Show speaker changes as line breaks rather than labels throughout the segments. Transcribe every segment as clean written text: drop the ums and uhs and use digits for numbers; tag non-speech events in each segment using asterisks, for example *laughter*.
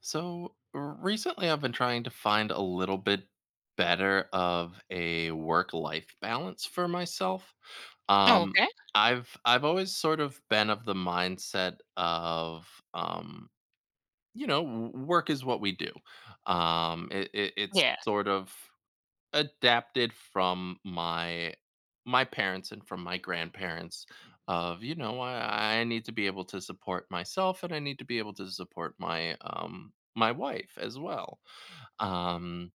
So recently, I've been trying to find a little bit better of a work-life balance for myself.
Oh,
Um,
okay.
I've always sort of been of the mindset of um, work is what we do. It's
Yeah.
sort of adapted from my parents and from my grandparents of, I need to be able to support myself, and I need to be able to support my wife as well. Um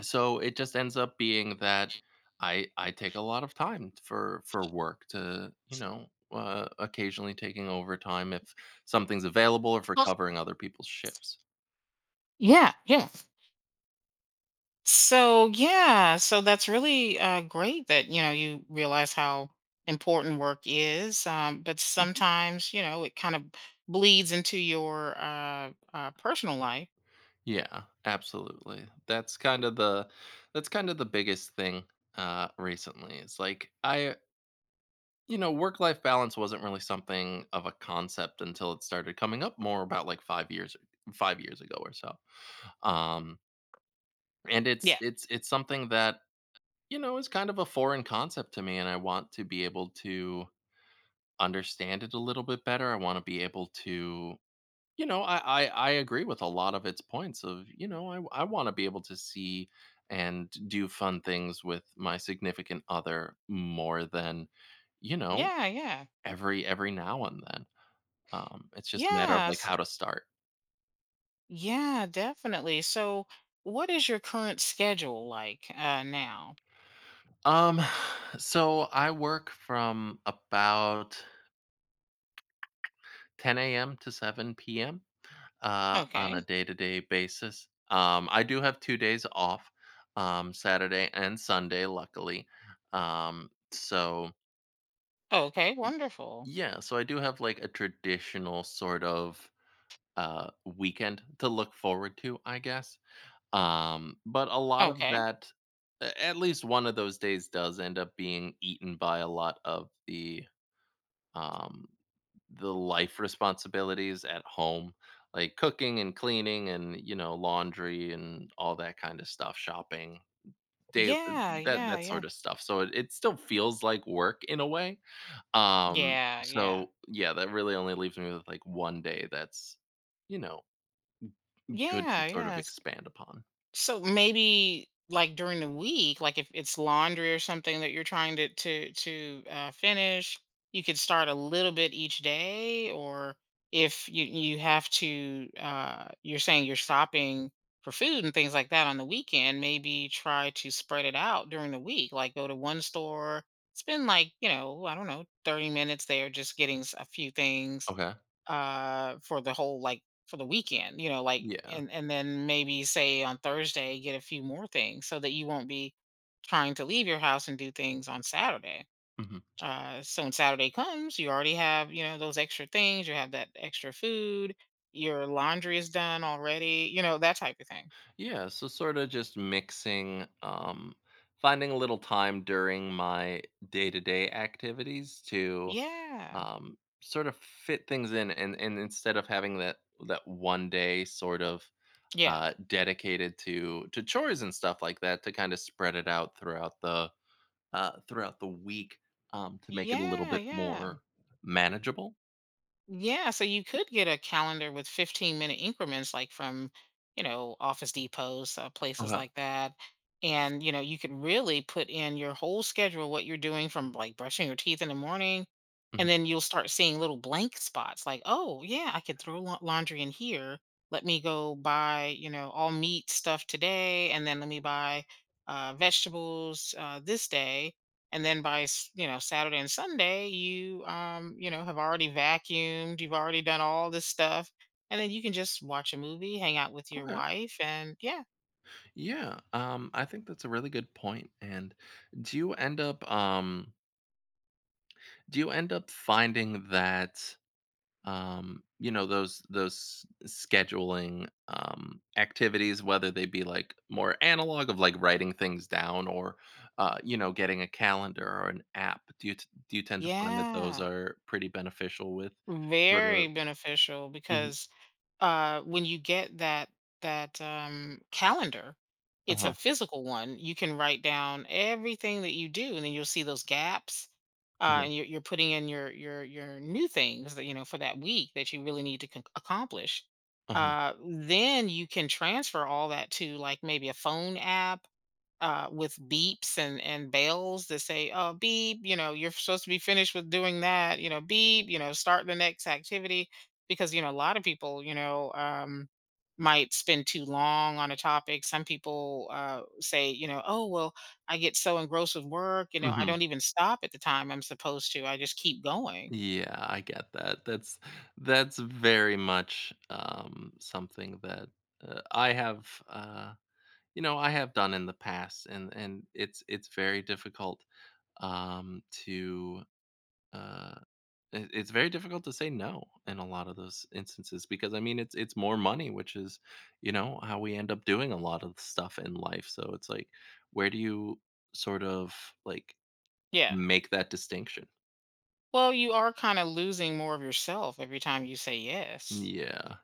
so it just ends up being that I take a lot of time for work to, occasionally taking overtime if something's available or for
Well,
covering other people's shifts.
yeah, yeah, so, so that's really great that, you know, you realize how important work is. But sometimes, you know, it kind of bleeds into your personal life.
Yeah, absolutely. That's kind of the biggest thing recently. It's like work-life balance wasn't really something of a concept until it started coming up more about like 5 years ago or so. Um and it's
Yeah.
it's it's something that is kind of a foreign concept to me, and I want to be able to understand it a little bit better. I want to be able to You know, I agree with a lot of its points of, I want to be able to see and do fun things with my significant other more than, you know,
Yeah, yeah.
every now and then. It's just a matter of like
Yes.
how to start.
Yeah, definitely. So what is your current schedule like now?
Um, *sighs* so I work from about 10 a.m. to 7 p.m. On a
Okay.
day-to-day basis. I do have 2 days off, Saturday and Sunday, luckily. Um, so
Okay, wonderful.
Yeah, so I do have like a traditional sort of weekend to look forward to, I guess. But a lot of
Okay.
that at least one of those days does end up being eaten by a lot of um the life responsibilities at home, like cooking and cleaning and laundry and all that kind of stuff, shopping, daily
Yeah,
that
yeah,
that
yeah.
sort of stuff. So it still feels like work in a way,
Yeah, yeah.
so yeah, that really only leaves me with, like, one day that's, you know, good to
Yeah,
sort of
yeah.
expand upon.
So maybe like during the week, like if it's laundry or something that you're trying to finish, you could start a little bit each day. Or if you have to, you're saying you're stopping for food and things like that on the weekend, maybe try to spread it out during the week. Like go to one store, spend like, you know, I don't know, 30 minutes there, just getting a few things
Okay.
for the whole like for the weekend, you know, like
Yeah.
and then maybe say on Thursday get a few more things so that you won't be trying to leave your house and do things on Saturday.
Mhm.
So when Saturday comes, you already have, you know, those extra things. You have that extra food. Your laundry is done already. You know, that type of thing.
Yeah, so sorta just mixing, finding a little time during my day-to-day activities to,
Yeah,
sort of fit things in, and instead of having that one day sort of,
yeah,
dedicated to chores and stuff like that, to kinda spread it out throughout the week, to make it a little
yeah,
bit
yeah.
more manageable?
Yeah, so you could get a calendar with 15-minute increments, like from, you know, Office Depots, places
Okay.
like that. And, you know, you could really put in your whole schedule, what you're doing from like brushing your teeth in the morning.
Mhm.
And then you'll start seeing little blank spots like, oh, yeah, I could throw laundry in here. Let me go buy, you know, all meat stuff today. And then let me buy vegetables this day, and then by you know Saturday and Sunday you you know have already vacuumed, you've already done all this stuff, and then you can just watch a movie, hang out with your
Okay.
wife. And yeah,
Yeah. I think that's a really good point. And do you end up um do you end up finding that those scheduling activities, whether they be like more analog of like writing things down or getting a calendar or an app? Do you tend to find that those
yeah,
are pretty beneficial with sort
very
of.
beneficial
Mhm.
because when you get that calendar, it's a
Uh-huh.
physical one. You can write down everything that you do, and then you'll see those gaps.
Yeah.
And you're putting in your new things that you know for that week that you really need to accomplish.
Uh-huh.
Then you can transfer all that to like maybe a phone app with beeps and bells that say, "Oh, beep," you know, you're supposed to be finished with doing that, you know, beep, you know, start the next activity, because you know a lot of people, you know, might spend too long on a topic. Some people say, you know, "Oh, well, I get so engrossed with work, you know, I
Mhm.
don't even stop at the time I'm supposed to. I just keep going."
Yeah, I get that. That's very much, something that uh, I have, uh, I have done in the past. And it's very difficult um, to. Uh, it's very difficult to say no in a lot of those instances, because I mean it's more money, which is, how we end up doing a lot of stuff in life. So it's like, where do you sort of, like,
Yeah.
make that distinction?
Well, you are kind of losing more of yourself every time you say yes.
Yeah.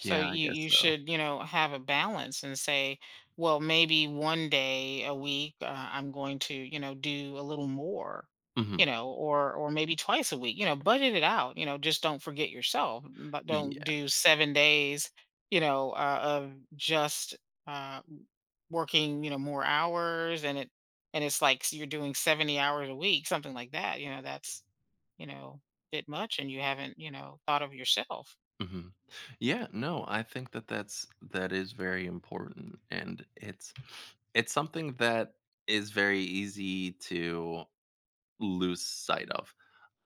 So
I
you
guess
you
so.
should, you know, have a balance and say, well, maybe one day a week I'm going to, you know, do a little more,
Mhm.
you know. Or maybe twice a week, you know, budget it out, you know, just don't forget yourself, but don't
Yeah.
do 7 days, you know, of just uh, working, you know, more hours. And it's like you're doing 70 hours a week, something like that, you know, that's, you know, a bit much and you haven't, you know, thought of yourself.
Mhm. Yeah, no, I think that that is very important, and it's something that is very easy to lose sight of.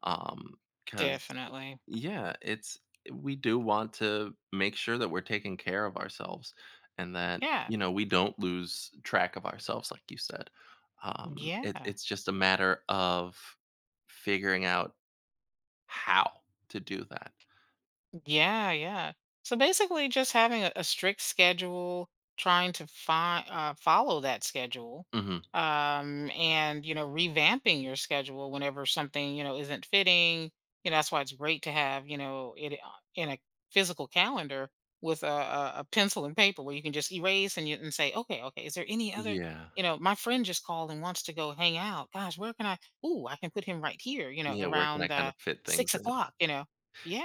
Um, Because,
Definitely.
yeah, it's we do want to make sure that we're taking care of ourselves, and that,
Yeah.
we don't lose track of ourselves, like you said. It
Yeah.
it's just a matter of figuring out how to do that.
Yeah, yeah. So basically just having a strict schedule, trying to find follow that schedule.
Mhm.
And you know revamping your schedule whenever something, you know, isn't fitting. You know, that's why it's great to have, you know, it in a physical calendar with a pencil and paper where you can just erase and you and say, "Okay, okay, is there any other,
Yeah.
you know, my friend just called and wants to go hang out. Gosh, where can I? Ooh, I can put him right here. You know,
Yeah, where can I
around
kind of fit things
six
in?
o'clock. You know,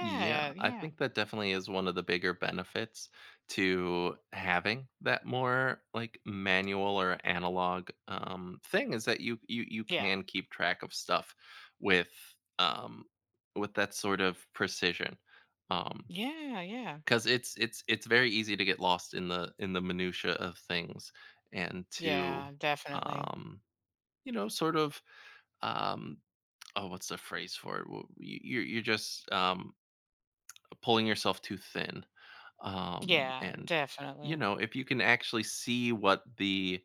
Yeah, I
yeah,
think that definitely is one of the bigger benefits to having that more, like, manual or analog, thing, is that you
yeah,
can keep track of stuff with, um with that sort of precision, because
yeah, yeah,
it's very easy to get lost in the minutia of things and to,
yeah, definitely.
um, you know, sort of, um oh, what's the phrase for it? Well, you're just, pulling yourself too thin,
Yeah,
and
definitely.
if you can actually see what the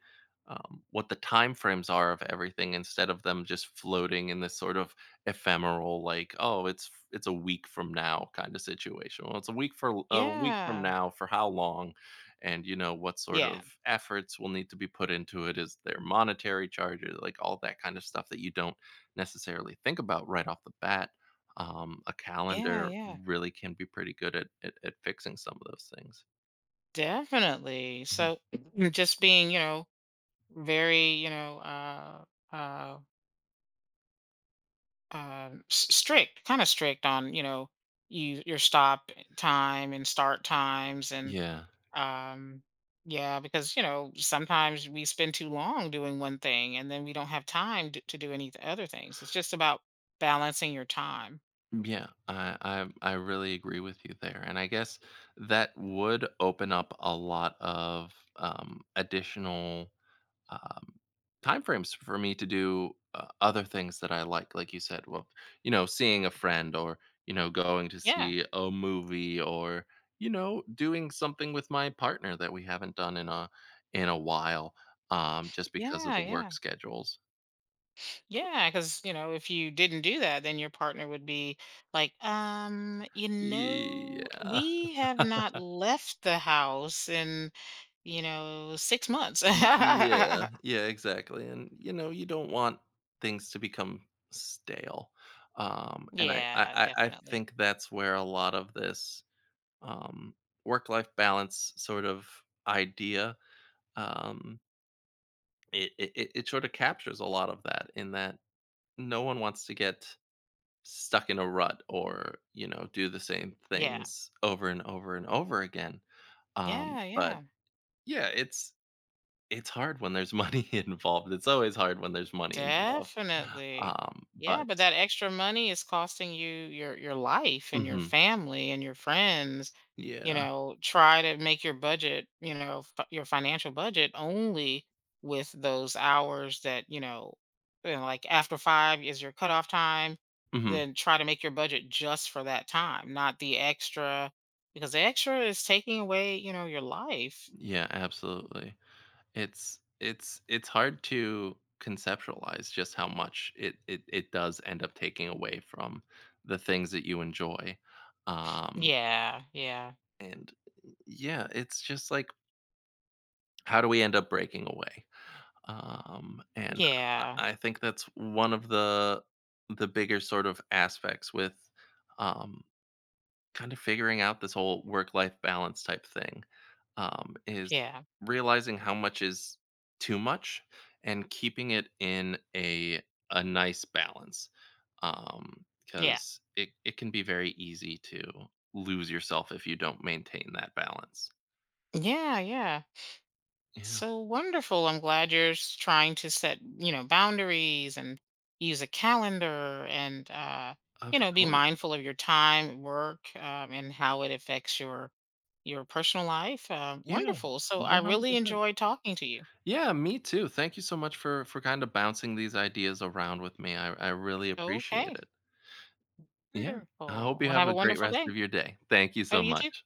um, what the time frames are of everything, instead of them just floating in this sort of ephemeral, like, oh, it's a week from now kind of situation. Well, it's a week for a week from
Yeah,
now, for how long, and what sort
yeah,
of efforts will need to be put into it, is there monetary charges, like all that kind of stuff that you don't necessarily think about right off the bat. A
yeah,
calendar
yeah,
really can be pretty good at fixing some of those things.
definitely.
Mhm.
So *clears throat* just being, you know, very, you know, uh, strict, kind of strict on, you know, your stop time and start times. And
Yeah.
Um, yeah, because you know sometimes we spend too long doing one thing, and then we don't have time to, do any other things. It's just about balancing your time.
Mm, yeah, I really agree with you there, and I guess that would open up a lot of additional um, time frames for me to do other things that I like you said. Well, seeing a friend, or going to
Yeah,
see a movie, or doing something with my partner that we haven't done in a while, just because of
yeah,
the
yeah,
work schedules.
yeah. Because you know if you didn't do that, then your partner would be like, you know,
Yeah,
we have not left the house in, you know, 6 months. *laughs*
yeah, yeah, exactly. And you don't want things to become stale. And I, I,
Yeah,
I I
definitely.
think that's where a lot of this, um, work life balance sort of idea. Um, it sort of captures a lot of that, in that no one wants to get stuck in a rut or do the same
Yeah,
things over and over and over again.
yeah,
But
yeah.
yeah, it's hard when there's money *laughs* involved. It's always hard when there's money involved.
Definitely. Yeah,
But
but that extra money is costing you your life and your
mhm,
family and your friends. You
yeah,
know, try to make your budget, you know, your financial budget only with those hours that, you know, like after 5 is your cutoff time,
mhm,
then try to make your budget just for that time, not the extra, because the extra is taking away, you know, your life.
yeah, absolutely. It's hard to conceptualize just how much it does end up taking away from the things that you enjoy. Um,
Yeah, yeah.
and yeah, it's just like, how do we end up breaking away? And I
Yeah.
I think that's one of the bigger sort of aspects with um kind of figuring out this whole work life balance type thing, is
Yeah.
realizing how much is too much and keeping it in a nice balance,
Yeah.
because it can be very easy to lose yourself if you don't maintain that balance.
Yeah. Yeah.
Yeah,
So wonderful. I'm glad you're trying to set, you know, boundaries and use a calendar and, you
of
know, be
course.
mindful of your time, work, and how it affects your personal life.
Yeah,
Wonderful. So I really
100%.
enjoyed talking to you.
Yeah, me too. Thank you so much for kind of bouncing these ideas around with me. I really appreciate
Okay.
it. Yeah. I hope
Wonderful.
you
Well,
have
have
a
a
great
wonderful
rest
day.
of your day. Thank you
Oh,
so
you too.
much.